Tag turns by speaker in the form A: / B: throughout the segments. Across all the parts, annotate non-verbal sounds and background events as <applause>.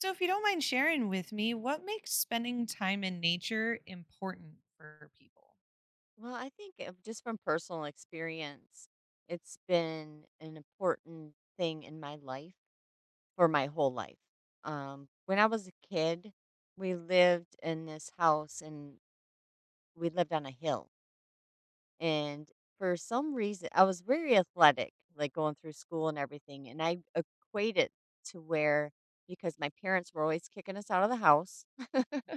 A: So, if you don't mind sharing with me, what makes spending time in nature important for people?
B: Well, I think just from personal experience, it's been an important thing in my life for my whole life. When I was a kid, we lived in this house and we lived on a hill. And for some reason, I was very athletic, like going through school and everything. And I equate it to where, because my parents were always kicking us out of the house.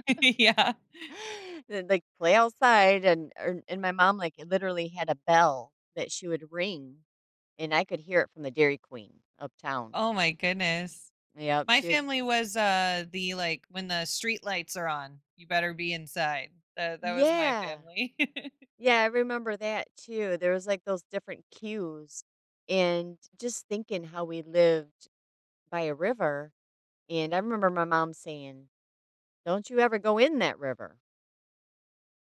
A: <laughs> Yeah.
B: <gasps> <laughs> Then, like, play outside and and my mom, like, literally had a bell that she would ring, and I could hear it from the Dairy Queen uptown.
A: Oh my goodness.
B: Yep,
A: My
B: she would.
A: family was the like when the street lights are on, you better be inside. That was my
B: Yeah.
A: family. <laughs>
B: Yeah, I remember that too. There was, like, those different cues, and just thinking how we lived by a river, and I remember my mom saying, "Don't you ever go in that river."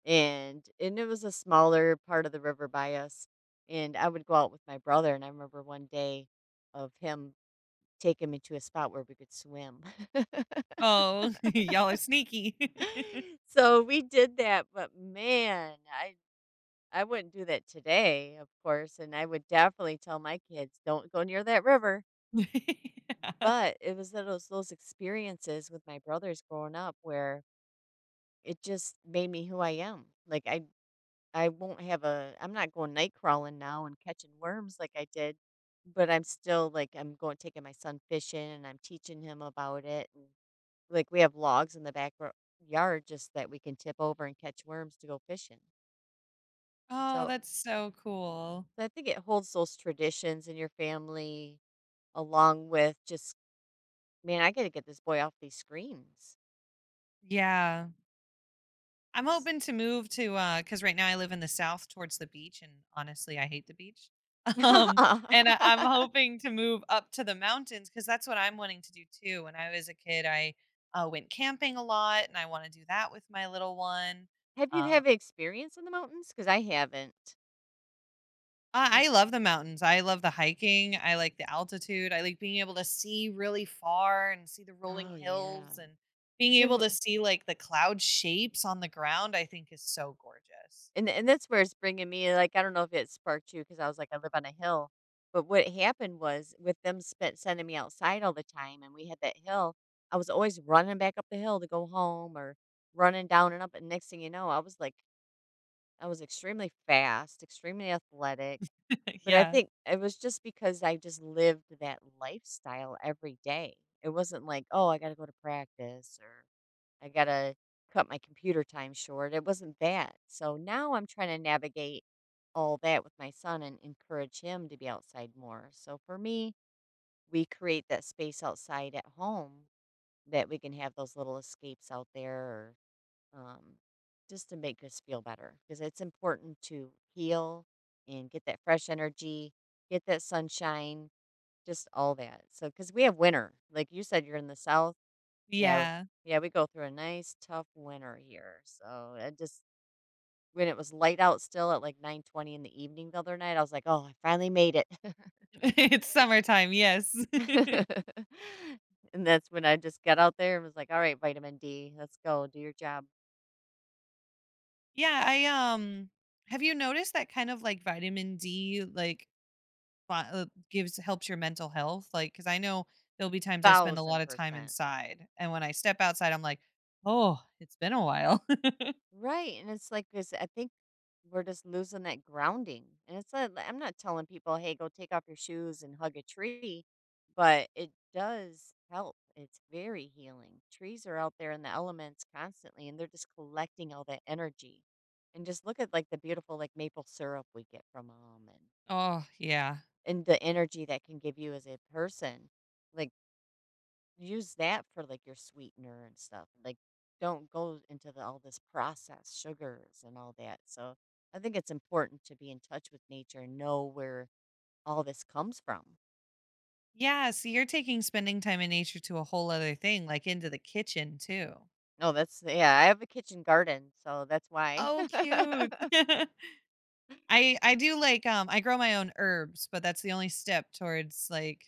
B: And it was a smaller part of the river by us, and I would go out with my brother, and I remember one day of him taking me to a spot where we could swim. <laughs>
A: Oh, <laughs> y'all are sneaky. <laughs>
B: So, we did that, but man, I wouldn't do that today, of course, and I would definitely tell my kids, "Don't go near that river."
A: <laughs> Yeah.
B: But it was those experiences with my brothers growing up where it just made me who I am. Like, I won't have a I'm not going night crawling now and catching worms like I did, but I'm still like I'm going taking my son fishing and I'm teaching him about it, and like we have logs in the back yard just that we can tip over and catch worms to go fishing. And
A: Oh,
B: so,
A: that's so cool.
B: so I think it holds those traditions in your family along with just man, I got to get this boy off these screens.
A: Yeah. I'm hoping to move to because right now I live in the South towards the beach, and honestly, I hate the beach. <laughs> Um, and I
B: <laughs>
A: I'm hoping to move up to the mountains because that's what I'm wanting to do too. When I was a kid, I went camping a lot, and I wanna do that with my little one.
B: Have you
A: Um,
B: have experience in the mountains? Because I haven't. I'm,
A: I love the mountains. I love the hiking. I like the altitude. I like being able to see really far and see the rolling
B: oh yeah.
A: hills and being
B: See,
A: able to
B: wh-
A: see like the cloud shapes on the ground, I think is so gorgeous.
B: And that's where it's bringing me, like, I don't know if it sparked you because I was like, I live on a hill, but what happened was with them spent sending me outside all the time and we had that hill, I was always running back up the hill to go home or running down and up, and next thing you know, I was like I was extremely fast, extremely athletic,
A: <laughs>
B: but I
A: Yeah.
B: think it was just because I just lived that lifestyle every day. It wasn't like, "Oh, I gotta go to practice," or I gotta cut my computer time short. It wasn't bad. So now I'm trying to navigate all that with my son and encourage him to be outside more. So for me, we create that space outside at home that we can have those little escapes out there, or, just to make us feel better because it's important to heal and get that fresh energy, get that sunshine, just all that. So because we have winter, like you said, you're in the south, yeah,
A: Yeah.
B: yeah, we go through a nice tough winter here. So I just when it was light out still at like 9:20 in the evening the other night, I was like, "Oh, I finally made it."
A: <laughs> It's summertime, yes. <laughs>
B: <laughs> And that's when I just got out there and was like, "All right, vitamin D, let's go do your job."
A: Yeah, I, um have you noticed that kind of, like, vitamin D, like, fi gives helps your mental health? Like, because I know there'll be times I spend a lot
B: Thousand
A: of time
B: percent.
A: inside, and when I step outside, I'm like, "Oh, it's been a while." <laughs>
B: Right. And it's like, because I think we're just losing that grounding. And it's not, I'm not telling people, hey, go take off your shoes and hug a tree, but it does help. It's very healing. Trees are out there in the elements constantly and they're just collecting all that energy. And just look at like the beautiful, like maple syrup we get from them,
A: Oh, yeah.
B: and the energy that can give you as a person. Like use that for, like, your sweetener and stuff, like, don't go into the all this processed sugars and all that, so I think it's important to be in touch with nature and know where all this comes from.
A: Yeah, so you're taking spending time in nature to a whole other thing, like, into the kitchen too.
B: No, that's yeah, I have a kitchen garden, so that's why.
A: Oh, cute.
B: <laughs>
A: <laughs> I do like, I grow my own herbs, but that's the only step towards, like,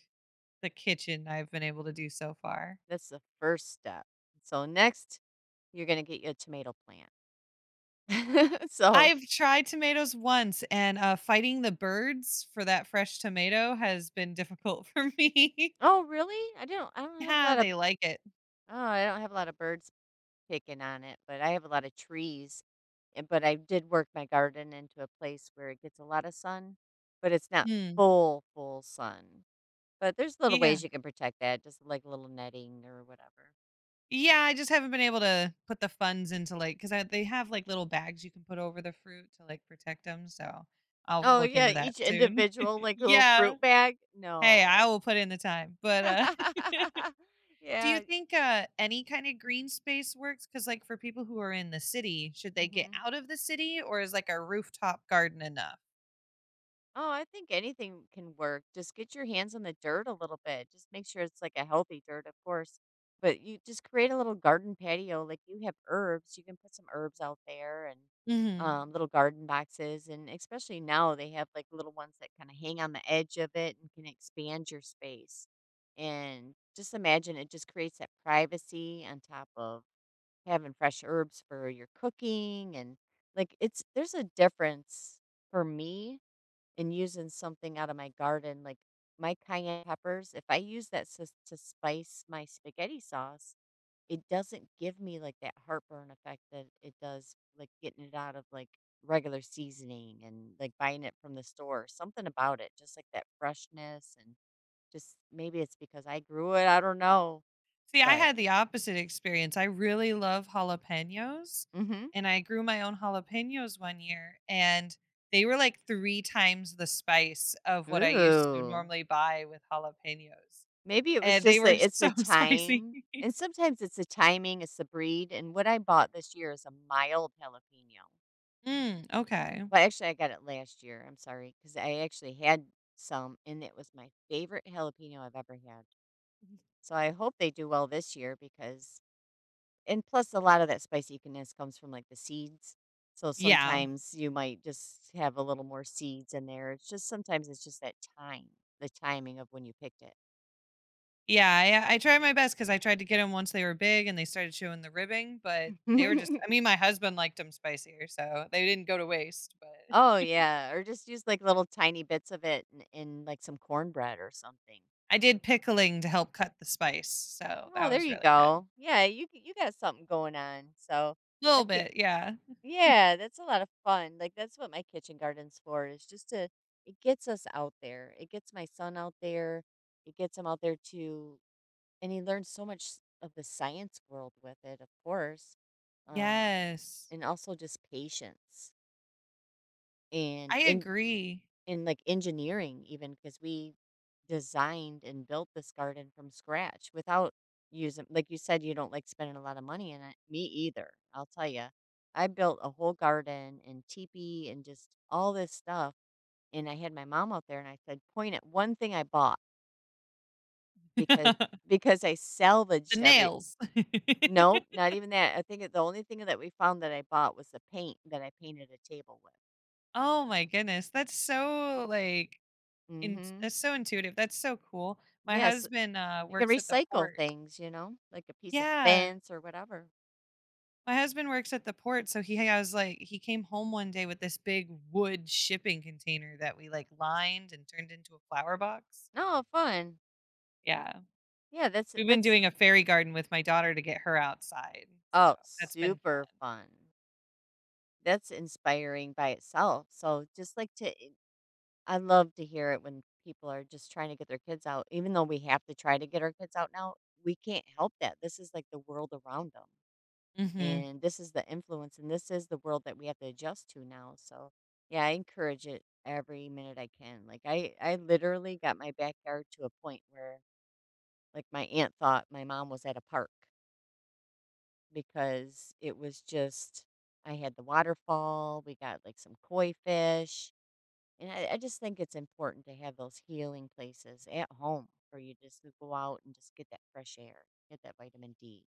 A: the kitchen I've been able to do so far.
B: That's the first step. So next, you're gonna get you a tomato plant. <laughs> So
A: I've tried tomatoes once, and, fighting the birds for that fresh tomato has been difficult <laughs> for me.
B: oh, really? I don't have a
A: Yeah,
B: lot of
A: they like it.
B: oh, I don't have a lot of birds picking on it, but I have a lot of trees. Eh, but I did work my garden into a place where it gets a lot of sun, but it's not
A: Hmm.
B: full, full sun. But there's little
A: Yeah.
B: ways you can protect that, just like a little netting or whatever.
A: Yeah, I just haven't been able to put the funds into, like, cause they have, like, little bags you can put over the fruit to, like, protect them. So I'll
B: Oh
A: look
B: yeah,
A: into that
B: each
A: soon.
B: individual
A: <laughs>
B: like a little
A: Yeah.
B: fruit bag.
A: Hey, I
B: No.
A: will put in the time, but, <laughs>
B: <laughs>
A: Do you
B: Yeah.
A: think, any kind of green space works? Because, like, for people who are in the city, should they get
B: Mhm.
A: out of the city, or is, like, a rooftop garden enough?
B: Oh, I think anything can work. Just get your hands on the dirt a little bit. Just make sure it's like a healthy dirt, of course. But you just create a little garden patio. Like you have herbs, you can put some herbs out there and
A: Mhm.
B: little garden boxes. And especially now, they have like little ones that kind of hang on the edge of it and can expand your space. And just imagine it just creates that privacy on top of having fresh herbs for your cooking. And like it's, there's a difference for me and using something out of my garden, like my cayenne peppers, if I use that to, spice my spaghetti sauce, it doesn't give me like that heartburn effect that it does, like getting it out of like regular seasoning and like buying it from the store. Something about it, just like that freshness, and just maybe it's because I grew it. I don't know,
A: See, I
B: but
A: had the opposite experience. I really love jalapenos,
B: mm-hmm.
A: and I grew my own jalapenos one year, and they were, like, 3 times the spice of what I used to
B: Ooh.
A: normally buy with jalapenos,
B: Maybe it was
A: and they
B: just
A: were
B: like it's
A: so
B: the
A: <laughs> spicy.
B: time,
A: <laughs>
B: and sometimes it's the timing, it's the breed, and what I bought this year is a mild jalapeno.
A: Mm, okay.
B: Well, actually, I got it last year. I'm sorry, because I actually had some, and it was my favorite jalapeno I've ever had. So I hope they do well this year because, and plus, a lot of that spiciness comes from like the seeds. So
A: Yeah.
B: sometimes you might just have a little more seeds in there. It's just sometimes it's just that time, the timing of when you picked it.
A: Yeah, I tried my best because I tried to get them once they were big and they started showing the ribbing, but they were just I
B: <laughs>
A: mean, my husband liked them spicier, so they didn't go to waste, but
B: Oh yeah, or just use like little tiny bits of it in, like some cornbread or something.
A: I did pickling to help cut the spice, so
B: Oh,
A: that
B: there
A: was
B: you
A: really good.
B: go. Yeah, you g- you got something going on. So
A: A
B: I
A: little
B: think
A: bit, yeah.
B: yeah, that's a lot of fun. Like that's what my kitchen garden's for. Is just to it gets us out there. It gets my son out there. It gets him out there too, and he learns so much s- of the science world with it, of course, um,
A: Yes.
B: and also just patience and
A: I agree.
B: in like engineering even because we designed and built this garden from scratch without using like you said you don't like spending a lot of money in it. Me either, I'll tell you, I built a whole garden and teepee and just all this stuff, and I had my mom out there and I said point at one thing I bought. Because
A: <laughs>
B: I
A: The
B: salvaged every
A: nails. <laughs>
B: no not even that I think it- the only thing that we found that I bought was the paint that I painted a table with.
A: Oh my goodness, that's so, like, int
B: Mm-hmm.
A: that's so intuitive, that's so cool. My
B: Yes.
A: husband,
B: You can
A: works at the
B: recycle
A: port.
B: things, you know, like a piece of
A: Yeah.
B: fence or whatever.
A: My husband works at the port, so he has like he came home one day with this big wood shipping container that we like lined and turned into a flower box.
B: No, fun.
A: Yeah.
B: Yeah, that's
A: We've been
B: that's
A: doing a fairy garden with my daughter to get her outside. So
B: oh,
A: that's been
B: super fun. That's inspiring by itself. So just like to eh, I love to hear it when people are just trying to get their kids out. Even though we have to try to get our kids out now, we can't help that. This is like the world around them.
A: fun. Hmm.
B: And this is the influence and this is the world that we have to adjust to now. So yeah, I encourage it every minute I can. Like I literally got my backyard to a point where like, my aunt thought my mom was at a park because it was just I had the waterfall, we got, like, some koi fish, and I just think it's important to have those healing places at home where you just go out and just get that fresh air, get that vitamin D.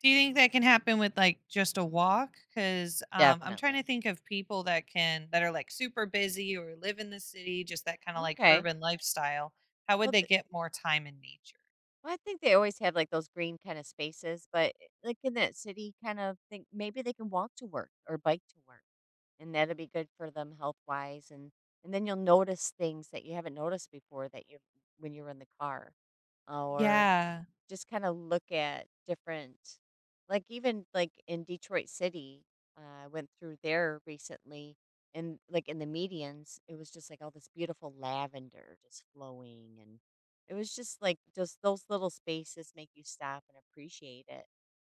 A: Do you think that can happen with like just a walk? Cause I'm trying to
B: Definitely.
A: think of people that can, that are like super busy or live in the city, just that kind of like
B: Okay.
A: urban lifestyle. How would
B: Well,
A: they
B: th
A: get more time in nature?
B: well, I think they always have, like, those green kinda spaces, but, eh, like, in that city kind of thing, maybe they can walk to work or bike to work. And that'll be good for them health-wise, and then you'll notice things that you haven't noticed before that you when you were in the car. Or
A: Yeah.
B: just kinda look at different like, even, like, in Detroit City, I went through there recently, and, like, in the medians, it was just, like, all this beautiful lavender just flowing, and it was just, like, just those little spaces make you stop and appreciate it.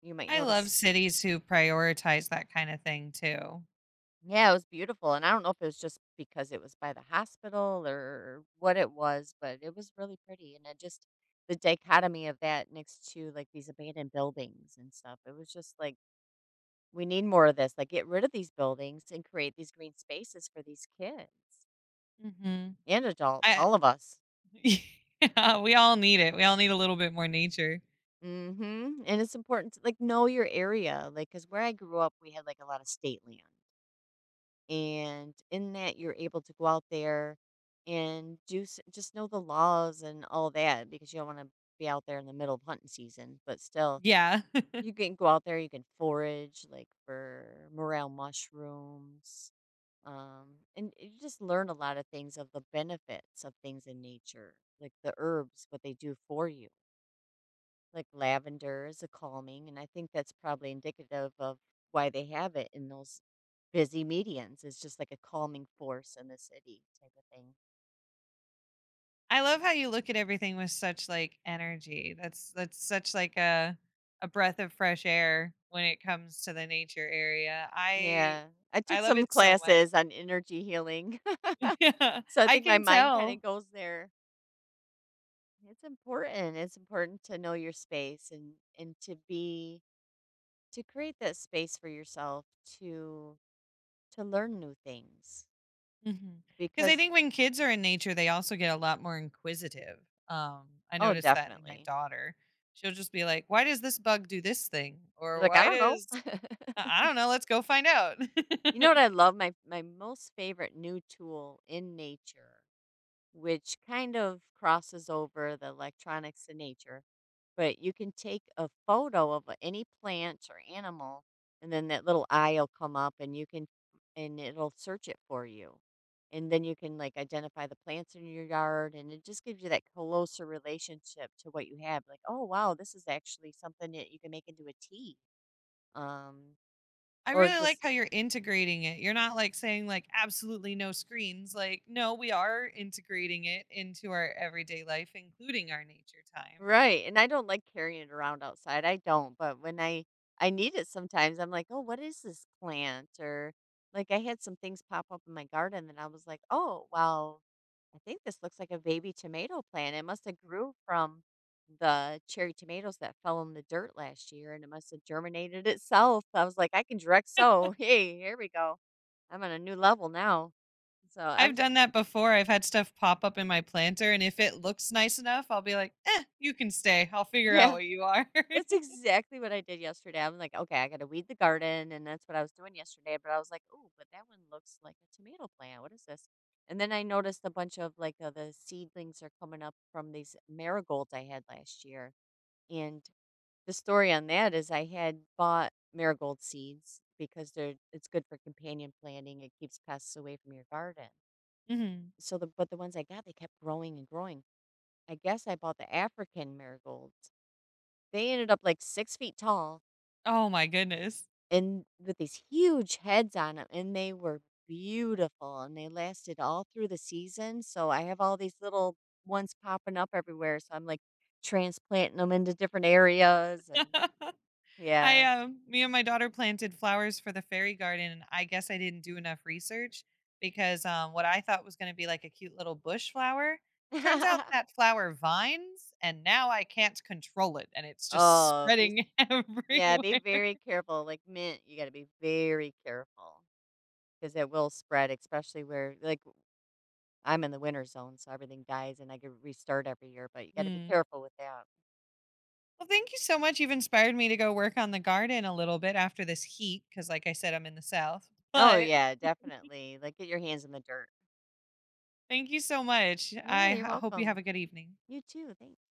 B: You might
A: I love
B: notice.
A: cities who prioritize that kind of thing too.
B: Yeah, it was beautiful, and I don't know if it was just because it was by the hospital or what it was, but it was really pretty, and it just the dichotomy of that next to, like, these abandoned buildings and stuff, it was just like, "We need more of this, like, get rid of these buildings and create these green spaces for these kids
A: Mhm.
B: and adults,
A: I
B: all of us."
A: <laughs> yeah, we all need it. We all need a little bit more nature.
B: Mhm, and it's important to, like, know your area, like because where I grew up, we had, like, a lot of state land, and in that you're able to go out there and do just know the laws and all that because you don't want to be out there in the middle of hunting season, but still
A: Yeah. <laughs>
B: you can go out there, you can forage like for morel mushrooms, and you just learn a lot of things of the benefits of things in nature, like the herbs, what they do for you. Like lavender is a calming, and I think that's probably indicative of why they have it in those busy medians. It's just like a calming force in the city type of thing.
A: I love how you look at everything with such like energy. That's such like a breath of fresh air when it comes to the nature area.
B: Yeah. I
A: I
B: took
A: love
B: some
A: it so
B: classes
A: much.
B: on energy healing.
A: <laughs> Yeah.
B: <laughs> So I
A: I
B: think my
A: can
B: mind kind of
A: tell.
B: goes there. It's important. It's important to know your space and to be to create that space for yourself to to learn new things
A: Because I
B: because
A: think when kids are in nature, they also get a lot more inquisitive. I
B: oh,
A: noticed that in my
B: definitely.
A: daughter. She'll just be like, "Why does this bug do this thing?"
B: You're
A: Or,
B: like, I
A: "Why
B: don't know.
A: does I don't know, let's go find out." <laughs>
B: You know what I love? My most favorite new tool in nature, which kind of crosses over the electronics to nature, but you can take a photo of any plant or animal, and then that little eye will come up, and you can and it'll search it for you. And then you can like identify the plants in your yard, and it just gives you that closer relationship to what you have. Like, oh wow, this is actually something that you can make into a tea. Um,
A: I
B: or
A: really like
B: just
A: how you're integrating it. You're not, like, saying, like, "Absolutely no screens." Like, no, we are integrating it into our everyday life, including our nature time.
B: right, and I don't like carrying it around outside, I don't, but when I need it sometimes, I'm like, "Oh, what is this plant?" Or, like, I had some things pop up in my garden that I was like, "Oh, well, I think this looks like a baby tomato plant, it must have grew from the cherry tomatoes that fell in the dirt last year, and it must have germinated itself." I was like, "I can direct sow. <laughs> Hey, here we go. I'm on a new level now." So, I
A: I've
B: am just
A: done that before. I've had stuff pop up in my planter, and if it looks nice enough, I'll be like, "Eh, you can stay. I'll
B: <laughs>
A: figure out
B: yeah.
A: what you are."
B: That's
A: <laughs>
B: exactly what I did yesterday. I'm like, okay, I got to weed the garden. And that's what I was doing yesterday. But I was like, oh, but that one looks like a tomato plant. What is this? And then I noticed a bunch of like the seedlings are coming up from these marigolds I had last year. And the story on that is I had bought marigold seeds because they're it's good for companion planting. It keeps pests away from your garden.
A: Mhm.
B: So the but the ones I got, they kept growing and growing. I guess I bought the African marigolds. They ended up like 6 feet tall,
A: Oh my goodness.
B: and with these huge heads on them, and they were beautiful, and they lasted all through the season, so I have all these little ones popping up everywhere, so I'm, like, transplanting them into different areas and
A: <laughs> I,
B: yeah.
A: um me and my daughter planted flowers for the fairy garden, and I guess I didn't do enough research because, what I thought was gonna be, like, a cute little bush flower, turns out
B: <laughs>
A: that flower vines, and now I can't control it, and it's just
B: Oh, be
A: spreading <laughs>
B: yeah,
A: everywhere.
B: be very careful, like mint, you gotta be very careful because it will spread, especially where like, I'm in the winter zone, so everything dies and I could restart every year, but you gotta be
A: Mm.
B: careful with that.
A: Well, thank you so much. You've inspired me to go work on the garden a little bit after this heat, because like I said, I'm in the South, <laughs>
B: Oh,
A: but
B: yeah, definitely, like, get your hands in the dirt.
A: thank you so much.
B: Yeah,
A: I
B: you're
A: h hope you have
B: welcome.
A: a good evening.
B: You too. Thanks.